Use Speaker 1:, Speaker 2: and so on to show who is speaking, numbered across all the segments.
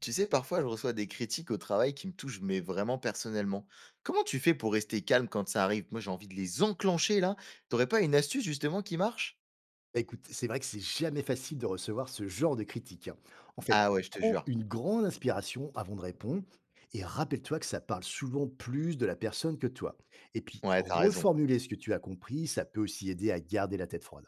Speaker 1: Tu sais, parfois, je reçois des critiques au travail qui me touchent, mais vraiment personnellement. Comment tu fais pour rester calme quand ça arrive? Moi, j'ai envie de les enclencher là. T'aurais pas une astuce justement qui marche?
Speaker 2: Bah, écoute, c'est vrai que c'est jamais facile de recevoir ce genre de critique, hein. En fait,
Speaker 1: Ah ouais, je te
Speaker 2: prends
Speaker 1: jure.
Speaker 2: une grande inspiration avant de répondre et rappelle-toi que ça parle souvent plus de la personne que de toi. Et puis,
Speaker 1: Ouais, t'as raison.
Speaker 2: reformuler ce que tu as compris, ça peut aussi aider à garder la tête froide.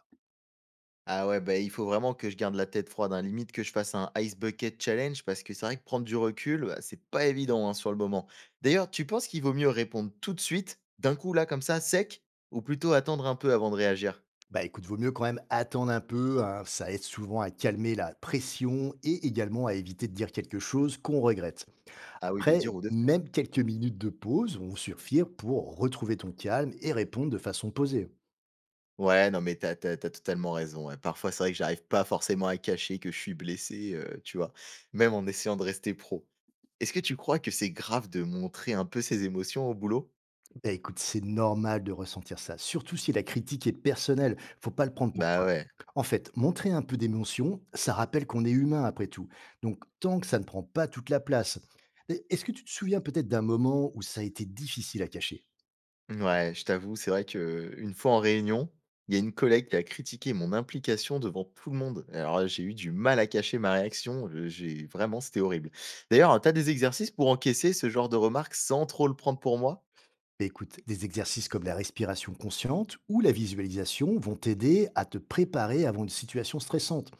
Speaker 1: Ah ouais, bah il faut vraiment que je garde la tête froide, hein. Limite que je fasse un ice bucket challenge parce que c'est vrai que prendre du recul, bah, c'est pas évident hein, sur le moment. D'ailleurs, tu penses qu'il vaut mieux répondre tout de suite, d'un coup là comme ça, sec, ou plutôt attendre un peu avant de réagir?
Speaker 2: Bah écoute, vaut mieux quand même attendre un peu, hein, ça aide souvent à calmer la pression et également à éviter de dire quelque chose qu'on regrette.
Speaker 1: Ah oui, de
Speaker 2: Après,
Speaker 1: dire ou de faire.
Speaker 2: même quelques minutes de pause vont suffire pour retrouver ton calme et répondre de façon posée.
Speaker 1: Ouais, non, mais t'as totalement raison, ouais. Parfois, c'est vrai que j'arrive pas forcément à cacher que je suis blessé, tu vois? Même en essayant de rester pro. Est-ce que tu crois que c'est grave de montrer un peu ses émotions au boulot?
Speaker 2: Bah, écoute, c'est normal de ressentir ça, surtout si la critique est personnelle, faut pas le prendre pour
Speaker 1: Bah,
Speaker 2: toi.
Speaker 1: ouais.
Speaker 2: En fait, montrer un peu d'émotion, ça rappelle qu'on est humain après tout. Donc tant que ça ne prend pas toute la place. Et est-ce que tu te souviens peut-être d'un moment où ça a été difficile à cacher?
Speaker 1: Ouais, je t'avoue, c'est vrai que une fois en réunion, il y a une collègue qui a critiqué mon implication devant tout le monde. Alors là, j'ai eu du mal à cacher ma réaction, j'ai vraiment c'était horrible. D'ailleurs, t'as des exercices pour encaisser ce genre de remarques sans trop le prendre pour moi?
Speaker 2: Bah, écoute, des exercices comme la respiration consciente ou la visualisation vont t'aider à te préparer avant une situation stressante.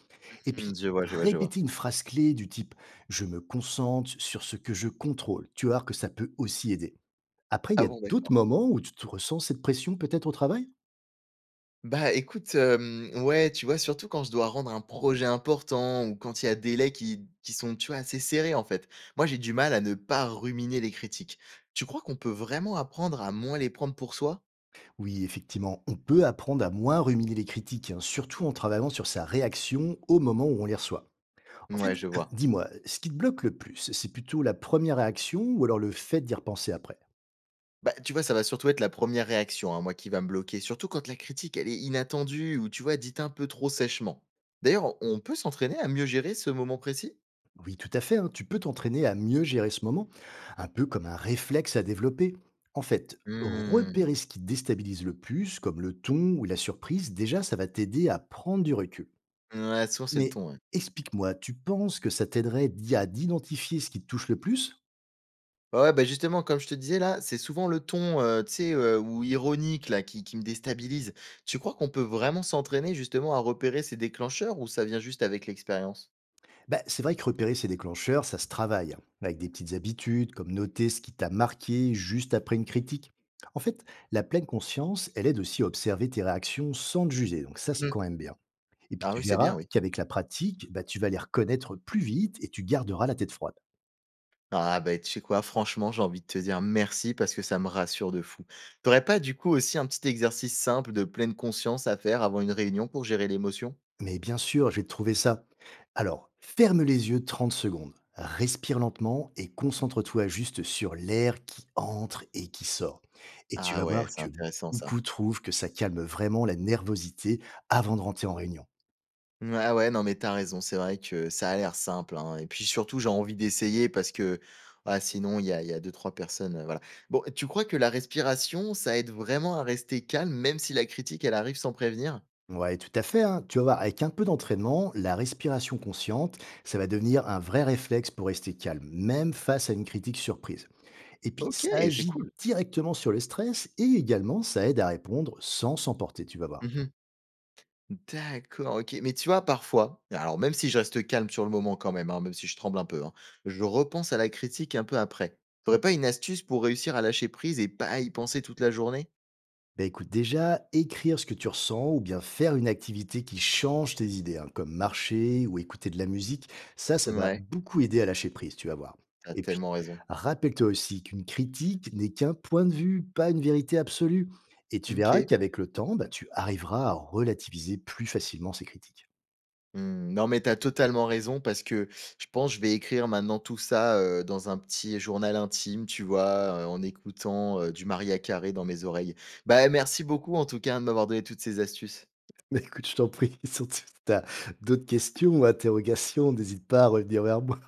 Speaker 2: Et
Speaker 1: Mmh,
Speaker 2: puis,
Speaker 1: je vois, je vois, je vois.
Speaker 2: répéter une phrase clé du type ⁇ Je me concentre sur ce que je contrôle ⁇ tu vas voir que ça peut aussi aider. Après, il y
Speaker 1: Ah
Speaker 2: a
Speaker 1: bon,
Speaker 2: d'autres
Speaker 1: d'accord.
Speaker 2: moments où tu te ressens cette pression peut-être au travail?
Speaker 1: Bah, écoute, ouais, tu vois, surtout quand je dois rendre un projet important ou quand il y a des délais qui sont, tu vois, assez serrés, en fait. Moi, j'ai du mal à ne pas ruminer les critiques. Tu crois qu'on peut vraiment apprendre à moins les prendre pour soi?
Speaker 2: Oui, effectivement, on peut apprendre à moins ruminer les critiques, hein, surtout en travaillant sur sa réaction au moment où on les reçoit. En fait,
Speaker 1: Ouais, je vois.
Speaker 2: dis-moi, ce qui te bloque le plus, c'est plutôt la première réaction ou alors le fait d'y repenser après?
Speaker 1: Bah, tu vois, ça va surtout être la première réaction, hein, moi, qui va me bloquer, surtout quand la critique, elle est inattendue ou, tu vois, dite un peu trop sèchement. D'ailleurs, on peut s'entraîner à mieux gérer ce moment précis?
Speaker 2: Oui, tout à fait, hein, tu peux t'entraîner à mieux gérer ce moment, un peu comme un réflexe à développer. En fait,
Speaker 1: Mmh.
Speaker 2: repérer ce qui te déstabilise le plus, comme le ton ou la surprise, déjà, ça va t'aider à prendre du recul.
Speaker 1: Ouais, souvent, c'est le
Speaker 2: Mais
Speaker 1: ton, ouais.
Speaker 2: explique-moi, tu penses que ça t'aiderait d'y à d'identifier ce qui te touche le plus?
Speaker 1: Ouais, ouais, bah, justement, comme je te disais là, c'est souvent le ton, tu sais, ou ironique là qui me déstabilise. Tu crois qu'on peut vraiment s'entraîner justement à repérer ces déclencheurs ou ça vient juste avec l'expérience?
Speaker 2: Bah, c'est vrai que repérer ces déclencheurs, ça se travaille, hein, avec des petites habitudes, comme noter ce qui t'a marqué juste après une critique. En fait, la pleine conscience, elle aide aussi à observer tes réactions sans te juger, donc ça, c'est
Speaker 1: Mmh.
Speaker 2: quand même bien. Et puis
Speaker 1: Ah
Speaker 2: tu
Speaker 1: oui, c'est bien,
Speaker 2: verras
Speaker 1: oui.
Speaker 2: qu'avec la pratique, bah, tu vas les reconnaître plus vite et tu garderas la tête froide.
Speaker 1: Ah bah, tu sais quoi? Franchement, j'ai envie de te dire merci parce que ça me rassure de fou. T'aurais pas du coup aussi un petit exercice simple de pleine conscience à faire avant une réunion pour gérer l'émotion?
Speaker 2: Mais bien sûr, j'ai trouvé ça. Alors, ferme les yeux 30 secondes, respire lentement et concentre-toi juste sur l'air qui entre et qui sort. Et tu
Speaker 1: Ah
Speaker 2: vas
Speaker 1: ouais,
Speaker 2: voir
Speaker 1: c'est
Speaker 2: que
Speaker 1: intéressant ça.
Speaker 2: beaucoup trouvent que ça calme vraiment la nervosité avant de rentrer en réunion.
Speaker 1: Mmh, ah ouais, non, mais t'as raison. C'est vrai que ça a l'air simple, hein, et puis surtout, j'ai envie d'essayer parce que, ah, sinon, il y a deux trois personnes, voilà. Bon, tu crois que la respiration, ça aide vraiment à rester calme, même si la critique, elle arrive sans prévenir?
Speaker 2: Ouais, tout à fait, hein. Tu vas voir, avec un peu d'entraînement, la respiration consciente, ça va devenir un vrai réflexe pour rester calme, même face à une critique surprise. Et puis,
Speaker 1: OK,
Speaker 2: ça
Speaker 1: c'est
Speaker 2: agit
Speaker 1: cool.
Speaker 2: directement sur le stress et également, ça aide à répondre sans s'emporter, tu vas voir.
Speaker 1: Mmh. D'accord, OK. Mais tu vois, parfois, alors même si je reste calme sur le moment quand même, hein, même si je tremble un peu, hein, je repense à la critique un peu après. Tu aurais pas une astuce pour réussir à lâcher prise et pas y penser toute la journée?
Speaker 2: Bah écoute, déjà, écrire ce que tu ressens ou bien faire une activité qui change tes idées, hein, comme marcher ou écouter de la musique, ça va
Speaker 1: Ouais,
Speaker 2: beaucoup aider à lâcher prise, tu vas voir.
Speaker 1: t'as
Speaker 2: Et puis,
Speaker 1: tellement raison.
Speaker 2: rappelle-toi aussi qu'une critique n'est qu'un point de vue, pas une vérité absolue. Et tu verras
Speaker 1: OK.
Speaker 2: qu'avec le temps, bah, tu arriveras à relativiser plus facilement ces critiques.
Speaker 1: Mmh, non, mais tu as totalement raison parce que je pense que je vais écrire maintenant tout ça, dans un petit journal intime, tu vois? En écoutant, du Maria Carré dans mes oreilles. Bah, merci beaucoup en tout cas, hein, de m'avoir donné toutes ces astuces.
Speaker 2: Mais écoute, je t'en prie, surtout si tu as d'autres questions ou interrogations, n'hésite pas à revenir vers moi.